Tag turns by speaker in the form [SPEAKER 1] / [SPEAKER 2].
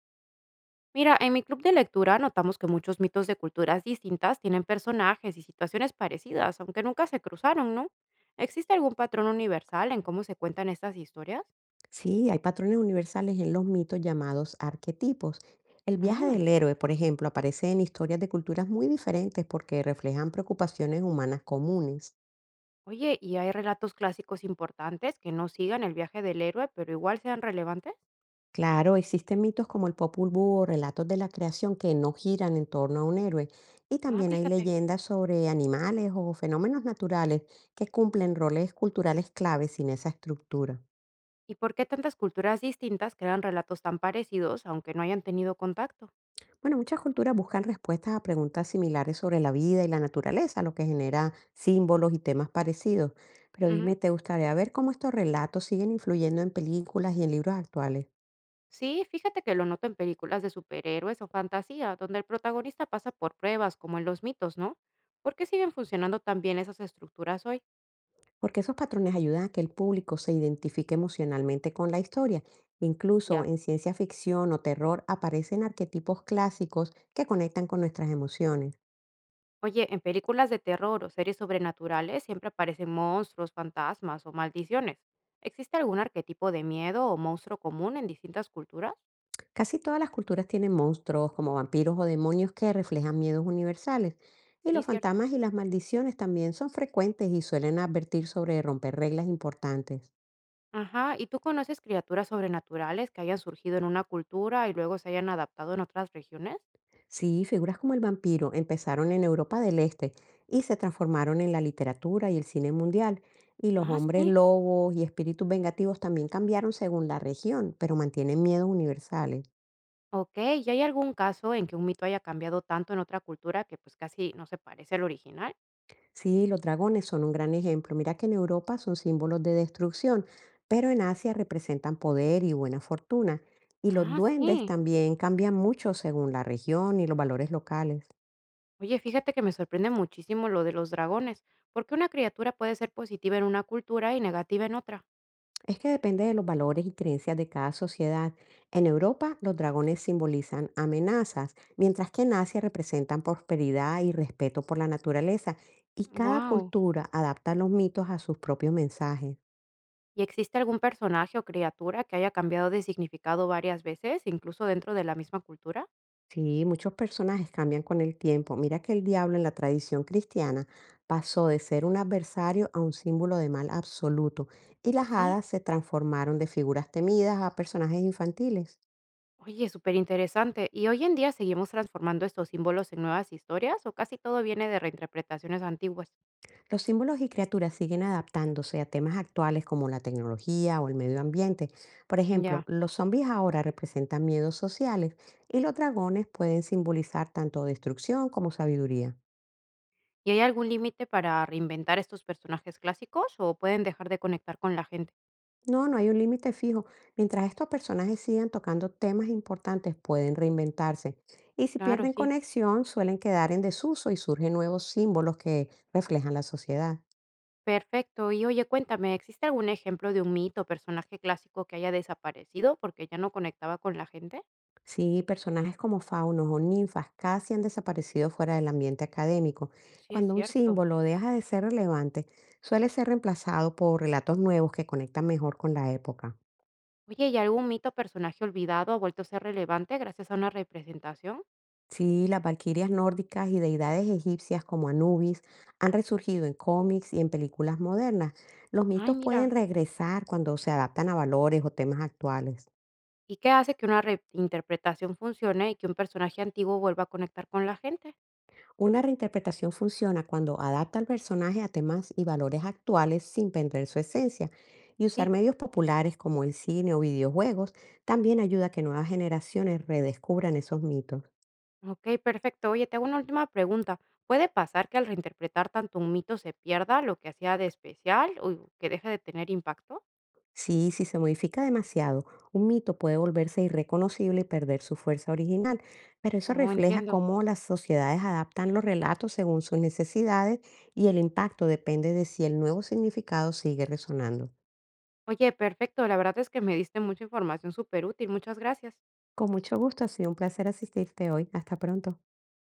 [SPEAKER 1] Mira, en mi club de lectura notamos que muchos mitos de culturas distintas tienen personajes y situaciones parecidas, aunque nunca se cruzaron, ¿no? ¿Existe algún patrón universal en cómo se cuentan estas historias?
[SPEAKER 2] Sí, hay patrones universales en los mitos llamados arquetipos. El viaje
[SPEAKER 1] Ah,
[SPEAKER 2] del héroe, por ejemplo, aparece en historias de culturas muy diferentes porque reflejan preocupaciones humanas comunes.
[SPEAKER 1] oye, ¿y hay relatos clásicos importantes que no sigan el viaje del héroe, pero igual sean relevantes?
[SPEAKER 2] Claro, existen mitos como el Popol Vuh o relatos de la creación que no giran en torno a un héroe. Y
[SPEAKER 1] Ah,
[SPEAKER 2] también hay
[SPEAKER 1] fíjate.
[SPEAKER 2] leyendas sobre animales o fenómenos naturales que cumplen roles culturales clave sin esa estructura.
[SPEAKER 1] ¿Y por qué tantas culturas distintas crean relatos tan parecidos, aunque no hayan tenido contacto?
[SPEAKER 2] Bueno, muchas culturas buscan respuestas a preguntas similares sobre la vida y la naturaleza, lo que genera símbolos y temas parecidos. Pero
[SPEAKER 1] Ujú.
[SPEAKER 2] dime, ¿te gustaría ver cómo estos relatos siguen influyendo en películas y en libros actuales?
[SPEAKER 1] Sí, fíjate que lo noto en películas de superhéroes o fantasía, donde el protagonista pasa por pruebas, como en los mitos, ¿no? ¿Por qué siguen funcionando tan bien esas estructuras hoy?
[SPEAKER 2] Porque esos patrones ayudan a que el público se identifique emocionalmente con la historia. Incluso
[SPEAKER 1] Ya.
[SPEAKER 2] en ciencia ficción o terror aparecen arquetipos clásicos que conectan con nuestras emociones.
[SPEAKER 1] Oye, en películas de terror o series sobrenaturales siempre aparecen monstruos, fantasmas o maldiciones. ¿Existe algún arquetipo de miedo o monstruo común en distintas culturas?
[SPEAKER 2] Casi todas las culturas tienen monstruos como vampiros o demonios que reflejan miedos universales. Y
[SPEAKER 1] Sí,
[SPEAKER 2] los
[SPEAKER 1] cierto.
[SPEAKER 2] fantasmas y las maldiciones también son frecuentes y suelen advertir sobre romper reglas importantes.
[SPEAKER 1] Ajá, ¿y tú conoces criaturas sobrenaturales que hayan surgido en una cultura y luego se hayan adaptado en otras regiones?
[SPEAKER 2] Sí, figuras como el vampiro empezaron en Europa del Este y se transformaron en la literatura y el cine mundial. Y los
[SPEAKER 1] Ah,
[SPEAKER 2] hombres
[SPEAKER 1] sí.
[SPEAKER 2] lobos y espíritus vengativos también cambiaron según la región, pero mantienen miedos universales.
[SPEAKER 1] Ok, ¿y hay algún caso en que un mito haya cambiado tanto en otra cultura que pues casi no se parece al original?
[SPEAKER 2] Sí, los dragones son un gran ejemplo. Mira que en Europa son símbolos de destrucción, pero en Asia representan poder y buena fortuna. Y los
[SPEAKER 1] Ah,
[SPEAKER 2] duendes
[SPEAKER 1] sí.
[SPEAKER 2] también cambian mucho según la región y los valores locales.
[SPEAKER 1] Oye, fíjate que me sorprende muchísimo lo de los dragones, porque una criatura puede ser positiva en una cultura y negativa en otra.
[SPEAKER 2] Es que depende de los valores y creencias de cada sociedad. En Europa, los dragones simbolizan amenazas, mientras que en Asia representan prosperidad y respeto por la naturaleza. Y cada
[SPEAKER 1] Wow.
[SPEAKER 2] cultura adapta los mitos a sus propios mensajes.
[SPEAKER 1] ¿Y existe algún personaje o criatura que haya cambiado de significado varias veces, incluso dentro de la misma cultura?
[SPEAKER 2] Sí, muchos personajes cambian con el tiempo. Mira que el diablo en la tradición cristiana pasó de ser un adversario a un símbolo de mal absoluto, y las
[SPEAKER 1] Sí.
[SPEAKER 2] hadas se transformaron de figuras temidas a personajes infantiles.
[SPEAKER 1] Oye, súper interesante. ¿Y hoy en día seguimos transformando estos símbolos en nuevas historias o casi todo viene de reinterpretaciones antiguas?
[SPEAKER 2] Los símbolos y criaturas siguen adaptándose a temas actuales como la tecnología o el medio ambiente. Por
[SPEAKER 1] Ya.
[SPEAKER 2] ejemplo, los zombies ahora representan miedos sociales y los dragones pueden simbolizar tanto destrucción como sabiduría.
[SPEAKER 1] ¿Y hay algún límite para reinventar estos personajes clásicos o pueden dejar de conectar con la gente?
[SPEAKER 2] No hay un límite fijo. Mientras estos personajes sigan tocando temas importantes, pueden reinventarse. Y si
[SPEAKER 1] Claro,
[SPEAKER 2] pierden
[SPEAKER 1] sí.
[SPEAKER 2] conexión, suelen quedar en desuso y surgen nuevos símbolos que reflejan la sociedad.
[SPEAKER 1] Perfecto. Y oye, cuéntame, ¿existe algún ejemplo de un mito o personaje clásico que haya desaparecido porque ya no conectaba con la gente?
[SPEAKER 2] Sí, personajes como faunos o ninfas casi han desaparecido fuera del ambiente académico.
[SPEAKER 1] Sí, es
[SPEAKER 2] Cuando un
[SPEAKER 1] cierto.
[SPEAKER 2] símbolo deja de ser relevante, suele ser reemplazado por relatos nuevos que conectan mejor con la época.
[SPEAKER 1] Oye, ¿y algún mito o personaje olvidado ha vuelto a ser relevante gracias a una representación?
[SPEAKER 2] Sí, las valquirias nórdicas y deidades egipcias como Anubis han resurgido en cómics y en películas modernas. Los
[SPEAKER 1] Ay,
[SPEAKER 2] mitos pueden
[SPEAKER 1] mira.
[SPEAKER 2] regresar cuando se adaptan a valores o temas actuales.
[SPEAKER 1] ¿Y qué hace que una reinterpretación funcione y que un personaje antiguo vuelva a conectar con la gente?
[SPEAKER 2] Una reinterpretación funciona cuando adapta al personaje a temas y valores actuales sin perder su esencia. Y usar
[SPEAKER 1] Sí.
[SPEAKER 2] medios populares como el cine o videojuegos también ayuda a que nuevas generaciones redescubran esos mitos.
[SPEAKER 1] Ok, perfecto. Oye, te hago una última pregunta. ¿Puede pasar que al reinterpretar tanto un mito se pierda lo que hacía de especial o que deje de tener impacto?
[SPEAKER 2] Sí, si se modifica demasiado, un mito puede volverse irreconocible y perder su fuerza original, pero eso
[SPEAKER 1] Oh,
[SPEAKER 2] refleja
[SPEAKER 1] entiendo.
[SPEAKER 2] cómo las sociedades adaptan los relatos según sus necesidades y el impacto depende de si el nuevo significado sigue resonando.
[SPEAKER 1] Oye, perfecto. La verdad es que me diste mucha información súper útil. Muchas gracias.
[SPEAKER 2] Con mucho gusto, ha sido un placer asistirte hoy. Hasta pronto.